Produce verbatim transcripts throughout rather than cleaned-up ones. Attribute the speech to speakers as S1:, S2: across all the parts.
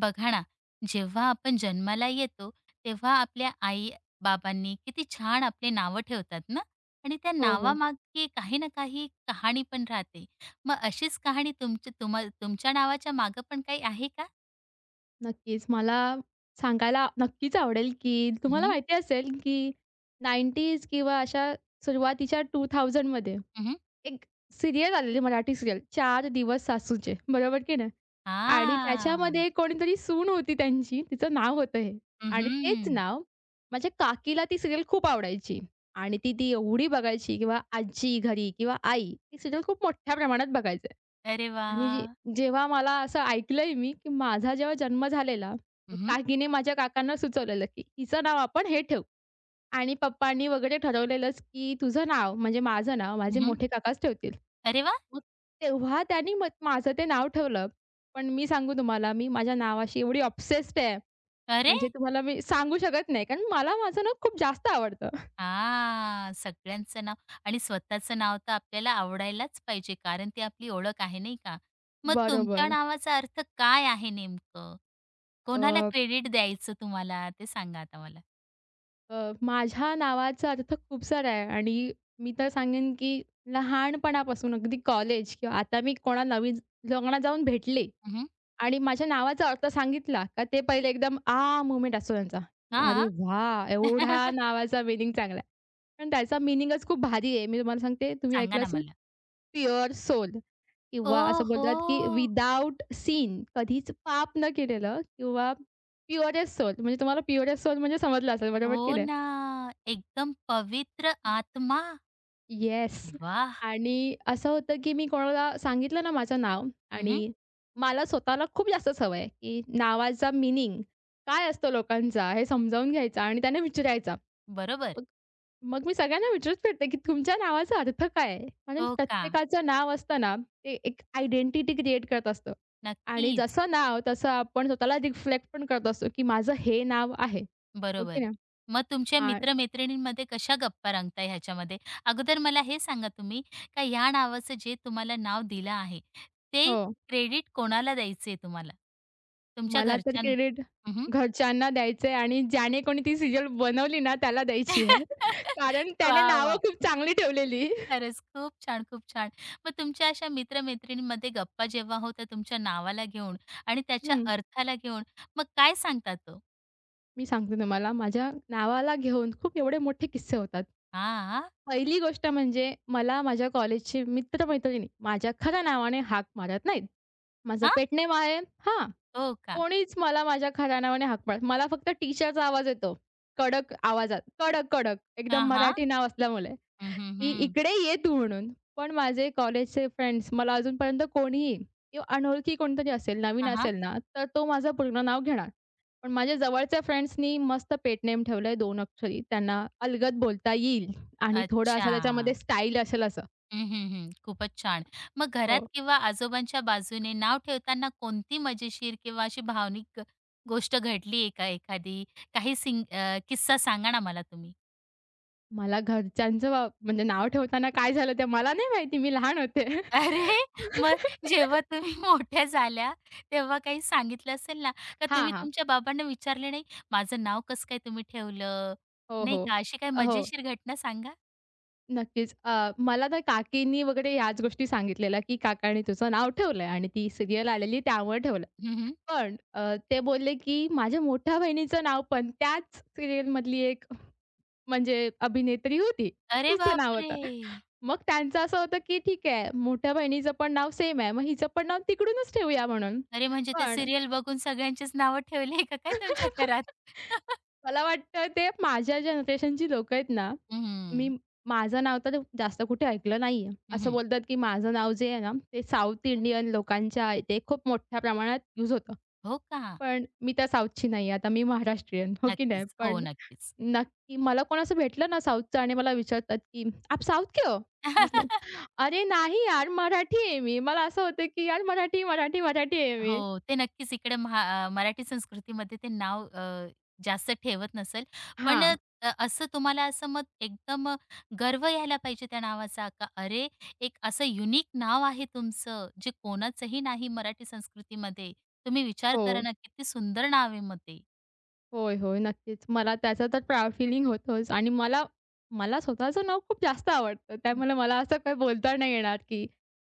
S1: बघा ना, जेव्हा आपण जन्माला येतो, तेव्हा आपल्या आई-बाबांनी किती छान आपले नावं ठेवतात ना आणि त्या
S2: हो, हो.
S1: नावामागे काही ना काही कहाणी पण राहते. मग अशीच कहाणी तुमच्या तुम तुमच्या नावाच्या मागं पण काही आहे का?
S2: नक्कीच. मला सांगायला नक्कीच आवडेल, की
S1: हं,
S2: तुम्हाला
S1: हं.
S2: माहिती असेल, की नाइंटीज किंवा अशा सुरुवातीच्या दोन हजार मध्ये
S1: हं, हं.
S2: एक सीरियल आलेली मराठी सीरियल चार दिवस सासूचे, बरोबर की नाही? आणि त्याच्यामध्ये कोणीतरी सून होती त्यांची, तिचं नाव होतं हे आणि तेच नाव माझ्या काकीला ती सीरियल खूप आवडायची आणि ती ती एवढी बघायची किंवा आजी घरी किंवा आई, ती सीरियल खूप मोठ्या प्रमाणात बघायचे.
S1: अरे वा,
S2: आणि जे जेव्हा मला असं ऐकलंय मी, की माझा जेव्हा जन्म झालेला,
S1: हं, हं.
S2: काकीने माझ्या काकांना सुचवलेलं, की "हिचं नाव आपण हे ठेवू." आणि पप्पांनी वगैरे ठरवलेलंच, की "तुझं नाव म्हणजे माझं नाव माझे मोठे काकाच ठेवतील."
S1: अरे वा,
S2: मग तेव्हा त्यांनी मग माझं ते नाव ठेवलं. पण मी सांगू तुम्हाला, मी माझ्या नावाशी एवढी ऑब्सेस्ड आहे,
S1: अरे!
S2: म्हणजे तुम्हाला मी सांगू शकत नाही, कारण मला माझं नाव खूप जास्त आवडतं.
S1: हां, सगळ्यांचं नाव आणि स्वतःचं नाव तर आपल्याला आवडायलाच पाहिजे, कारण ती आपली ओळख आहे, नाही का? मग तुमच्या
S2: बरोबर.
S1: नावाचा अर्थ काय आहे नेमकं? कोणाला क्रेडिट द्यायचं तुम्हाला ते सांगा आता मला?
S2: अ, माझ्या नावाचा अर्थ खूप सारा आहे आणि मी तर सांगेन, की लहानपणापासून अगदी कॉलेज किंवा आता मी कोणाला नवीन लग्नात जाऊन भेटले
S1: हं, हं.
S2: आणि माझ्या नावाचा अर्थ सांगितला, का ते पहिले एकदम आ मोमेंट असतो त्यांचा, की "अरे वाह! एवढ्या नावाचा मीनिंग चांगला आहे." पण त्याचा मीनिंगच खूप भारी आहे. मी तुम्हाला सांगते, तुम्ही
S1: सांगा
S2: ऐकलं
S1: ना
S2: असेल
S1: मला.
S2: प्युअर सोल किंवा असं बोलतात, की
S1: ओहो!
S2: विदाऊट सिन कधीच पाप न केलेलं किंवा प्युअरेस्ट सोल म्हणजे तुम्हाला प्युअरेस्ट सोल म्हणजे समजलं असेल,
S1: हो
S2: बरोबर की
S1: हो
S2: नाही?
S1: ना. एकदम पवित्र आत्मा.
S2: येस
S1: वाह!
S2: आणि असं होतं, की मी कोणाला सांगितलं ना माझं नाव
S1: हं,
S2: आणि मला स्वतःला खूप जास्त सवय आहे, की नावाचा मीनिंग काय असतो लोकांचा हे समजावून घ्यायचा आणि त्यांना विचारायचा.
S1: बरोबर.
S2: मग मग मी सगळ्यांना विचारत फिरते, की तुमच्या नावाचा अर्थ काय आहे? कारण
S1: हो का?
S2: प्रत्येकाचं नाव असतं ना, ते एक आयडेंटिटी क्रिएट करत असतं आणि
S1: नक्कीच.
S2: जसं नाव तसं आपण स्वतःला रिफ्लेक्ट पण करत असतो, की माझं हे नाव आहे.
S1: बरोबर.
S2: ओके ना?
S1: मग तुमच्या
S2: आ
S1: मित्र-मैत्रिणींमध्ये कशा गप्पा रंगताय ह्याच्यामध्ये? अगोदर मला हे सांगा तुम्ही का ह्या नावाचं जे तुम्हाला नाव दिलं आहे, ते
S2: हो.
S1: क्रेडिट कोणाला द्यायचंय तुम्हाला? तुमच्या
S2: मला तर
S1: घरच्यां
S2: क्रेडिट
S1: हं, हं. वाह!
S2: घरच्यांना द्यायचंय आणि ज्याने कोणी ती सीरियल बनवली ना, त्याला द्यायची आहे. कारण त्याने नावं खूप चांगली ठेवलेली.
S1: खरंच खूप छान, खूप छान. मग तुमच्या अशा मित्र गप्पा जेव्हा होतात तुमच्या नावाला घेऊन आणि त्याच्या
S2: हं,
S1: अर्थाला घेऊन, मग काय सांगतात तो?
S2: मी सांगते तुम्हाला माझ्या नावाला घेऊन खूप एवढे मोठे किस्से होतात.
S1: "हां, हां?
S2: पहिली गोष्ट म्हणजे मला माझ्या कॉलेजचे मित्र-मैत्रिणी माझ्या खऱ्या नावाने हाक मारत नाहीत. माझं पेटनेम आहे हां,
S1: हो का?
S2: कोणीच मला माझ्या खऱ्या नावाने हाक मारत मला फक्त टीचरचा आवाज येतो. कडक आवाजात. कडक, कडक
S1: हां,
S2: एकदम
S1: हां.
S2: मराठी नाव असल्यामुळे.
S1: हं, हं,
S2: की
S1: हं.
S2: "इकडे ये तू" म्हणून. पण माझे कॉलेजचे फ्रेंड्स मला अजूनपर्यंत कोणीही किंवा अनोळखी कोणीतरी असेल, नवीन
S1: हां, हां.
S2: असेल ना, तर तो माझं पूर्ण नाव घेणार. पण माझ्या जवळच्या फ्रेंड्सनी मस्त पेट नेम ठेवलंय दोन अक्षरी. त्यांना अलगद बोलता येईल आणि थोडं
S1: अच्छा."
S2: असं त्याच्यामध्ये स्टाईल असेल असं.
S1: हं, हं, हं. खूपच छान. मग घरात
S2: हो.
S1: किंवा आजोबांच्या बाजूने नाव ठेवताना कोणती मजेशीर किंवा अशी भावनिक गोष्ट घडली आहे का एखादी? काही सिंग अ, किस्सा सांगा ना मला तुम्ही?
S2: मला घरच्यांचं वा म्हणजे नाव ठेवताना काय झालं ते मला नाही माहिती, मी लहान होते.
S1: अरे! मग जेव्हा तुम्ही मोठ्या झाल्या तेव्हा काही सांगितलं असेल ना, का
S2: हां,
S1: तुम्ही
S2: हां.
S1: तुमच्या बाबांना विचारले नाही, "माझं नाव कसं काय तुम्ही ठेवलं?"
S2: हो,
S1: नाही
S2: हो.
S1: का? अशी काही
S2: हो.
S1: मजेशीर घटना सांगा?
S2: नक्कीच. अ, मला तर काकींनी वगैरे ह्याच गोष्टी सांगितलेल्या, की "काकांनी तुझं नाव ठेवलंय आणि ती सीरियल आलेली त्यामुळे ठेवलं."
S1: हं, हं.
S2: पण अ, ते बोलले, की "माझ्या मोठ्या बहिणीचं नाव पण त्याच सीरियलमधली एक म्हणजे अभिनेत्री होती,
S1: अरे
S2: तिचं नाव
S1: बापरे!
S2: होतं." मग त्यांचं असं होतं, की ठीक आहे, मोठ्या बहिणीचं पण नाव सेम आहे, मग हिचं पण नाव तिकडूनच ठेवूया म्हणून.
S1: अरे म्हणजे ते
S2: पण
S1: सीरियल बघून सगळ्यांचीच नावं ठेवली आहे का काय तुमच्या घरात?
S2: मला वाटतं ते माझ्या जनरेशनची लोकं आहेत ना, मी
S1: हं,
S2: माझं नाव तर जास्त कुठे ऐकलं नाहीये. असं
S1: हं,
S2: बोलतात, की माझं नाव जे आहे ना, ते साउथ इंडियन लोकांच्या इथे खूप मोठ्या प्रमाणात यूज होतं.
S1: हो का?
S2: पण मी तर साउथची नाही आहे. आता मी महाराष्ट्रीयन, हो की नाही?
S1: नक्कीच. हो,
S2: पण
S1: नक्कीच.
S2: नक्की मला कोण असं भेटलं ना साउथचं आणि मला विचारतात, की "आप साउथ के हो?" म्हटलं, "अरे नाही यार, मराठी आहे मी." मला असं होतं, की यार मराठी, मराठी, मराठी आहे मी.
S1: हो, ते नक्कीच इकडे महा अ, मराठी संस्कृतीमध्ये ते नाव अ, जास्त ठेवत नसेल. पण
S2: हां.
S1: अ, असं तुम्हाला असं मग एकदम गर्व यायला पाहिजे त्या नावाचा का अरे, एक असं युनिक नाव आहे तुमचं, जे कोणाचंही नाही मराठी संस्कृतीमध्ये. तुम्ही विचार करा
S2: हो.
S1: ना, किती सुंदर नाव आहे मग ते.
S2: होय, होय. नक्कीच. मला त्याचं तर प्राउड फीलिंग होतंच आणि मला मला स्वतःचं नाव खूप जास्त आवडतं. त्यामुळे मला असं काही बोलता नाही येणार, की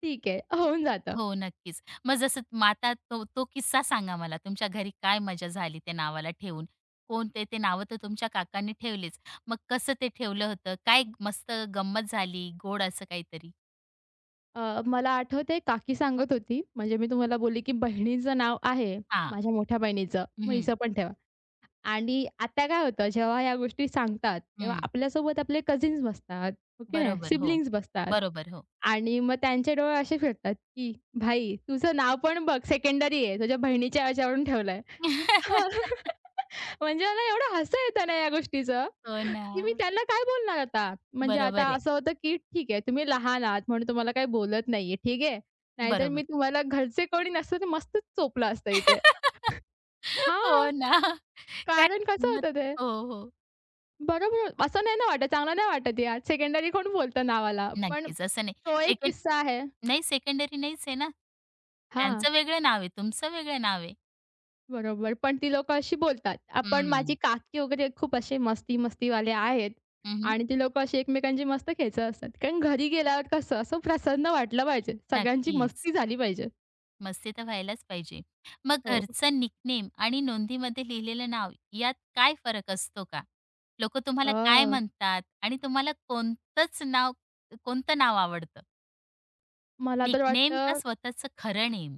S2: ठीक आहे, होऊन जातं.
S1: हो, नक्कीच. मग जसं म आता तो तो किस्सा सांगा मला. तुमच्या घरी काय मजा झाली त्या नावाला ठेवून? कोणते ते नावं तर तुमच्या काकांनी ठेवलेच. मग कसं ते ठेवलं होतं? काय मस्त गंमत झाली, गोड असं काहीतरी?
S2: अ, मला आठवतंय काकी सांगत होती, म्हणजे मी तुम्हाला बोलली, की बहिणीचं नाव आहे,
S1: हां.
S2: माझ्या मोठ्या बहिणीचं, मग
S1: हं,
S2: हिचं पण ठेवा. आणि आता काय होतं, जेव्हा ह्या गोष्टी सांगतात, तेव्हा
S1: हं.
S2: आपल्यासोबत आपले कझिन्स बसतात, हो की
S1: बरोबर. हो.
S2: सिबलिंग्स बसतात
S1: बरोबर. हो.
S2: आणि मग त्यांचे डोळे असे फिरतात, की "भाई, तुझं नाव पण बघ सेकंडरी आहे, तुझ्या बहिणीच्या ह्याच्यावरून ठेवलंय." हां. म्हणजे मला एवढं हसू येतं ना या गोष्टीचं,
S1: हो ना.
S2: की मी त्यांना काय बोलणार आता? म्हणजे आता
S1: बरोबर आहे.
S2: असं होतं, की ठीक आहे तुम्ही लहान आहात म्हणून तुम्हाला काही बोलत नाहीये, ठीक आहे. नाहीतर मी
S1: बरोबर.
S2: तुम्हाला घरचे कोणी नसतं तर मस्तच चोपलं असतं इथे. हां,
S1: हो ना. काय
S2: कारण कसं
S1: गंमत
S2: होतं ते?
S1: हो, हो.
S2: बरोबर असं नाही ना वाटत, चांगलं नाही वाटत यार. सेकंडरी कोण बोलतं नावाला? पण
S1: नक्कीच. असं नाही.
S2: तो एक
S1: सेकंड
S2: किस्सा आहे.
S1: नाही सेकंडरी नाहीच आहे ना.
S2: हां.
S1: त्यांचं वेगळं नाव आहे, तुमचं वेगळं नाव आहे.
S2: बरोबर. पण ती लोकं अशी बोलतात. आपण माझी
S1: हं,
S2: काकी वगैरे खूप असे मस्ती-मस्तीवाले आहेत
S1: हं, हं.
S2: आणि ती लोकं अशी एकमेकांची मस्त खेचत असतात. कारण घरी गेल्यावर कसं असं प्रसन्न वाटलं पाहिजे. सगळ्यांची
S1: नक्कीच.
S2: मस्ती झाली पाहिजे.
S1: मस्ती तर व्हायलाच पाहिजे. मग
S2: हो.
S1: घरचं निकनेम आणि नोंदीमध्ये लिहिलेलं नाव यात काय फरक असतो का? लोकं तुम्हाला काय
S2: हां.
S1: म्हणतात आणि तुम्हाला कोणतंच नाव कोणतं नाव आवडतं?
S2: मला तर
S1: निकनेम का
S2: वाटतं
S1: स्वतःचं खरं नेम?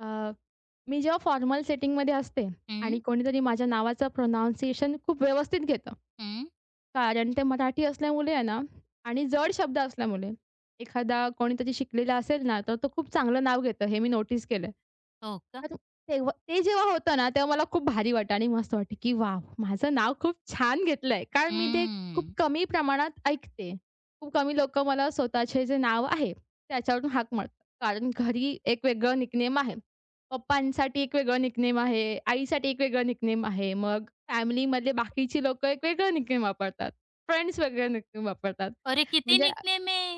S2: अ, मी जेव्हा फॉर्मल सेटिंगमध्ये असते
S1: हं,
S2: आणि कोणीतरी माझ्या नावाचं प्रोनाउन्सिएशन खूप व्यवस्थित घेतं.
S1: हं.
S2: कारण ते मराठी असल्यामुळे आहे ना आणि जड शब्द असल्यामुळे एखादा कोणीतरी शिकलेला असेल ना, तर तो खूप चांगलं नाव घेतं. हे मी नोटीस केलं.
S1: हो का?
S2: तर तेव्हा ते जेव्हा होतं ना, तेव्हा मला खूप भारी वाटलं आणि मस्त वाटलं, की वाव, माझं नाव खूप छान घेतलंय." कारण मी ते खूप
S1: हं.
S2: कमी प्रमाणात ऐकते. खूप कमी लोकं मला स्वतःचे जे नाव आहे, त्याच्यावरून हाक मारतात. कारण घरी एक वेगळं निकनेम आहे. पप्पांसाठी एक वेगळं निकनेम आहे, आईसाठी एक वेगळं निकनेम आहे. मग फॅमिलीमधले बाकीची लोकं एक वेगळं निकनेम वापरतात. फ्रेंड्स वेगळं निकनेम वापरतात.
S1: अरे किती
S2: म्हणजे
S1: निकनेम आहे.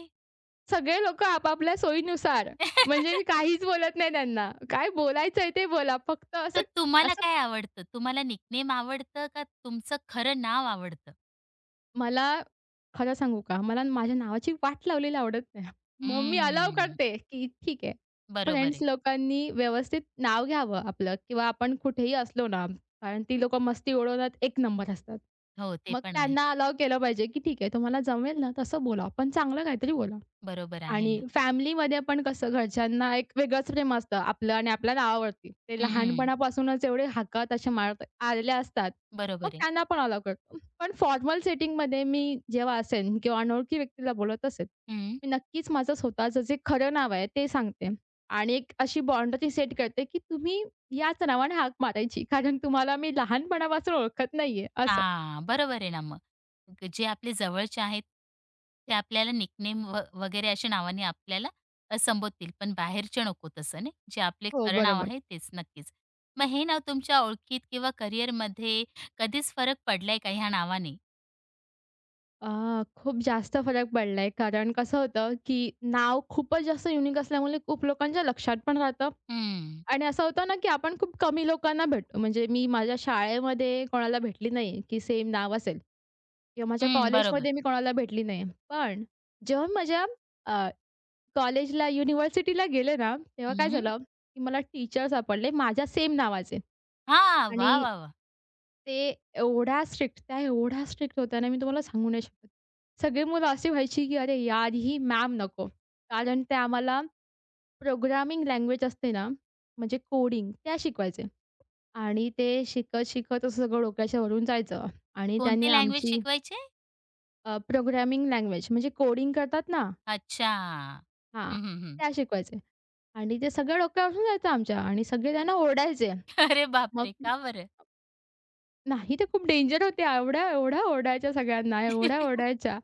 S2: सगळे लोकं आपापल्या सोयीनुसार. म्हणजे मी काहीच बोलत नाही त्यांना. काय बोलायचंय ते बोला. फक्त असं
S1: तर तुम्हाला
S2: असं
S1: काय आवडतं? तुम्हाला निकनेम आवडतं का तुमचं खरं नाव आवडतं?
S2: मला खरं सांगू का? मला माझ्या नावाची वाट लावलेली आवडत नाही. मग मी अलाउ
S1: हम्म.
S2: करते, की ठीक आहे.
S1: बरोबर
S2: फ्रेंड्स
S1: आहे.
S2: लोकांनी व्यवस्थित नाव घ्यावं आपलं किंवा आपण कुठेही असलो ना, कारण ती लोकं मस्ती उडवण्यात एक नंबर असतात.
S1: हो, ते
S2: मग
S1: पण आहे.
S2: त्यांना अलाउ केलं पाहिजे, की ठीक आहे तुम्हाला जमेल ना तसं बोला, पण चांगलं काहीतरी बोला.
S1: बरोबर आहे
S2: आणि
S1: ना.
S2: फॅमिलीमध्ये पण कसं घरच्यांना एक वेगळंच प्रेम असतं आपलं आणि आपल्या नावावरती. ते
S1: हं.
S2: लहानपणापासूनच एवढे हाका तशा मारत आलेले असतात. मग
S1: बरोबर आहे.
S2: त्यांना पण अलाऊ करतो. पण फॉर्मल सेटिंगमध्ये मी जेव्हा असेन किंवा अनोळखी व्यक्तीला बोलत असेल,
S1: हं.
S2: मी नक्कीच माझं स्वतःचं जे खरं नाव आहे ते सांगते आणि एक अशी बाउंडरी सेट करते, की तुम्ही याच नावाने हाक मारायची. कारण तुम्हाला मी लहानपणापासून ओळखत नाहीये असं.
S1: हां, बरोबर आहे ना मग. ग- जे आपले जवळचे आहेत, ते आपल्याला निकनेम व वगैरे अशा नावाने आपल्याला अ, संबोधतील, पण बाहेरचे नको तसं नाही. जे आपले
S2: हो,
S1: खरं नाव
S2: बरोबर.
S1: आहे तेच, नक्कीच. मग हे नाव तुमच्या ओळखीत किंवा करिअरमध्ये कधीच फरक पडलाय का ह्या नावाने?
S2: अ, खूप जास्त फरक पडलाय. कारण कसं होतं, की नाव खूपच जास्त युनिक असल्यामुळे खूप लोकांच्या लक्षात पण राहतं
S1: हं.
S2: आणि असं होतं ना, की आपण खूप कमी लोकांना भेटतो. म्हणजे मी माझ्या शाळेमध्ये कोणाला भेटली नाही, की सेम नाव असेल किंवा माझ्या
S1: हं, बरोबर.
S2: कॉलेजमध्ये मी कोणाला भेटली नाही. पण जेव्हा माझ्या कॉलेजला, युनिव्हर्सिटीला गेले ना, तेव्हा काय
S1: हं.
S2: झालं, की मला टीचर सापडले माझ्या सेम नावाचे.
S1: हां. वा,
S2: आणि
S1: वा, वाह!
S2: ते एवढ्या स्ट्रिक्ट त्या एवढ्या स्ट्रिक्ट होत्या ना, मी तुम्हाला सांगू नाही शकत. सगळी मुलं अशी व्हायची, की "अरे यार, ही मॅम नको." कारण ते आम्हाला प्रोग्रामिंग लँग्वेज असते ना, म्हणजे कोडिंग त्या शिकवायचे. आणि ते शिकत, शिकत असं सगळं डोक्याच्या वरून जायचं. आणि त्याने
S1: कोणती लँग्वेज
S2: आमची
S1: शिकवायचे?
S2: प्रोग्रामिंग लँग्वेज म्हणजे कोडिंग करतात ना
S1: अच्छा.
S2: हां,
S1: हं, हं, हं.
S2: त्या शिकवायचे. आणि ते सगळ्या डोक्यावरून जायचं आमच्या आणि सगळे त्यांना ओरडायचे.
S1: अरे
S2: मग
S1: बापरे! का बरं?
S2: नाही ते खूप डेंजर होत्या. एवढ्या, एवढ्या ओरडायच्या सगळ्यांना, एवढ्या ओरडायच्या,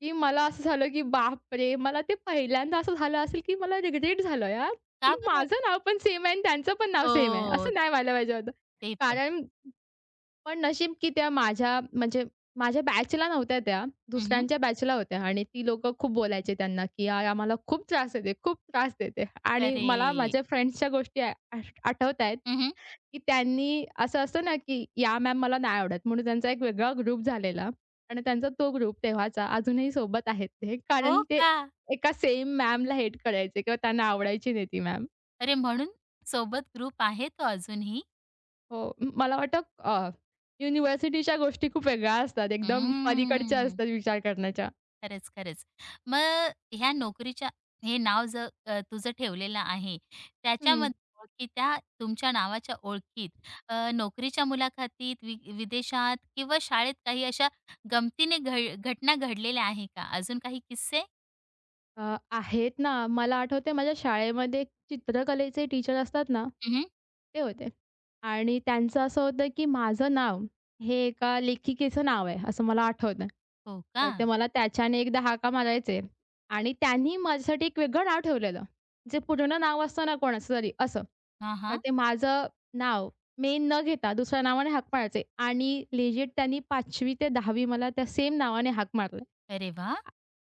S2: की मला असं झालं, की बापरे! मला ते पहिल्यांदा असं झालं असेल, की मला रिग्रेट झालं यार, की
S1: का बरं?
S2: माझं नाव पण सेम आहे आणि त्यांचं पण नाव सेम आहे.
S1: हो,
S2: असं नाही व्हायला पाहिजे होतं.
S1: ते पण.
S2: कारण पण नशीब की त्या माझ्या म्हणजे माझ्या बॅचला नव्हत्या त्या,
S1: हं,
S2: दुसऱ्यांच्या बॅचला होत्या आणि ती लोकं खूप बोलायचे त्यांना, की "यार आम्हाला खूप त्रास देते, खूप त्रास देते." आणि
S1: अरे!
S2: मला माझ्या फ्रेंड्सच्या गोष्टी आ आठवतायेत,
S1: हं,
S2: की त्यांनी असं असतं ना, की "या मॅम मला नाही आवडत." म्हणून त्यांचा एक वेगळा ग्रुप झालेला आणि त्यांचा तो ग्रुप तेव्हाचा अजूनही सोबत आहेत ते. कारण
S1: हो
S2: ते
S1: का?
S2: एका सेम मॅमला हेट करायचे किंवा त्यांना आवडायची नाही ती मॅम.
S1: अरे म्हणून सोबत ग्रुप आहे तो अजूनही?
S2: हो. म मला वाटतं अ, युनिव्हर्सिटीच्या गोष्टी खूप वेगळ्या असतात. एकदम पलीकडच्या
S1: हम्म.
S2: असतात विचार करण्याच्या.
S1: खरंच, खरंच. मग ह्या नोकरीच्या हे नाव ज अ, तुझं ठेवलेलं आहे,
S2: हं.
S1: त्याच्यामध्ये ओळखी त्या तुमच्या नावाच्या ओळखीत अ, नोकरीच्या मुलाखतीत, वि विदेशात किंवा शाळेत काही अशा गमतीने घड घटना घडलेल्या आहे का? अजून काही किस्से?
S2: अ, आहेत ना. मला आठवतंय माझ्या शाळेमध्ये एक चित्रकलेचे टीचर असतात ना,
S1: हं, हं.
S2: ते होते. आणि त्यांचं असं होतं, की माझं नाव हे एका लेखिकेचं नाव आहे, असं मला आठवतं.
S1: हो का?
S2: तर ते मला त्याच्याने एकदा हाका मारायचे आणि त्यांनी माझ्यासाठी एक वेगळं नाव ठेवलेलं. जे पूर्ण नाव असतं ना कोणाचं तरी असं.
S1: हां,
S2: तर
S1: हां.
S2: ते माझं नाव मेन न घेता दुसऱ्या नावाने हाक मारायचे आणि लेजिट त्यांनी पाचवी ते दहावी मला त्या सेम नावाने हाक मारले.
S1: अरे वाह!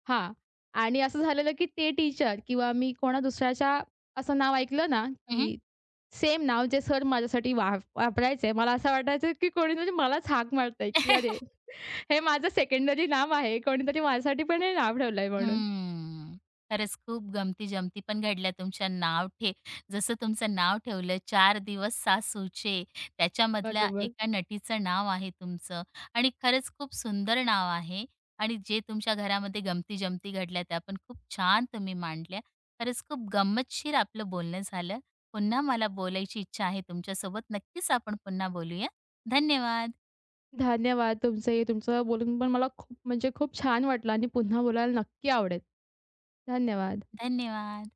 S2: हां. आणि असं झालेलं, की ते टीचर किंवा मी कोणा दुसऱ्याच्या असं नाव ऐकलं ना,
S1: हं, हं.
S2: की सेम नाव जे सर माझ्यासाठी वाप वापरायचे, मला असं वाटायचं, की कोणी म्हणजे मलाच हाक मारतंय, की "अरे, हे माझं सेकंडरी नाव आहे. कोणीतरी माझ्यासाठी पण हे नाव ठेवलंय" म्हणून.
S1: हम्म. खरंच खूप गमती-जमती पण घडल्या तुमच्या नाव ठे जसं तुमचं नाव ठेवलं चार दिवस सासूचे, त्याच्यामधल्या
S2: बरोबर.
S1: एका नटीचं नाव आहे तुमचं आणि खरंच खूप सुंदर नाव आहे आणि जे तुमच्या घरामध्ये गमती-जमती घडल्या त्या पण खूप छान तुम्ही मांडल्या. खरंच खूप गंमतशीर आपलं बोलणं झालं. पुन्हा मला बोलायची इच्छा आहे तुमच्यासोबत. नक्कीच आपण पुन्हा बोलूया. धन्यवाद.
S2: धन्यवाद तुमचे. तुमचं बोलून पण मला खूप म्हणजे खूप छान वाटलं आणि पुन्हा बोलायला नक्की आवडेल. धन्यवाद.
S1: धन्यवाद.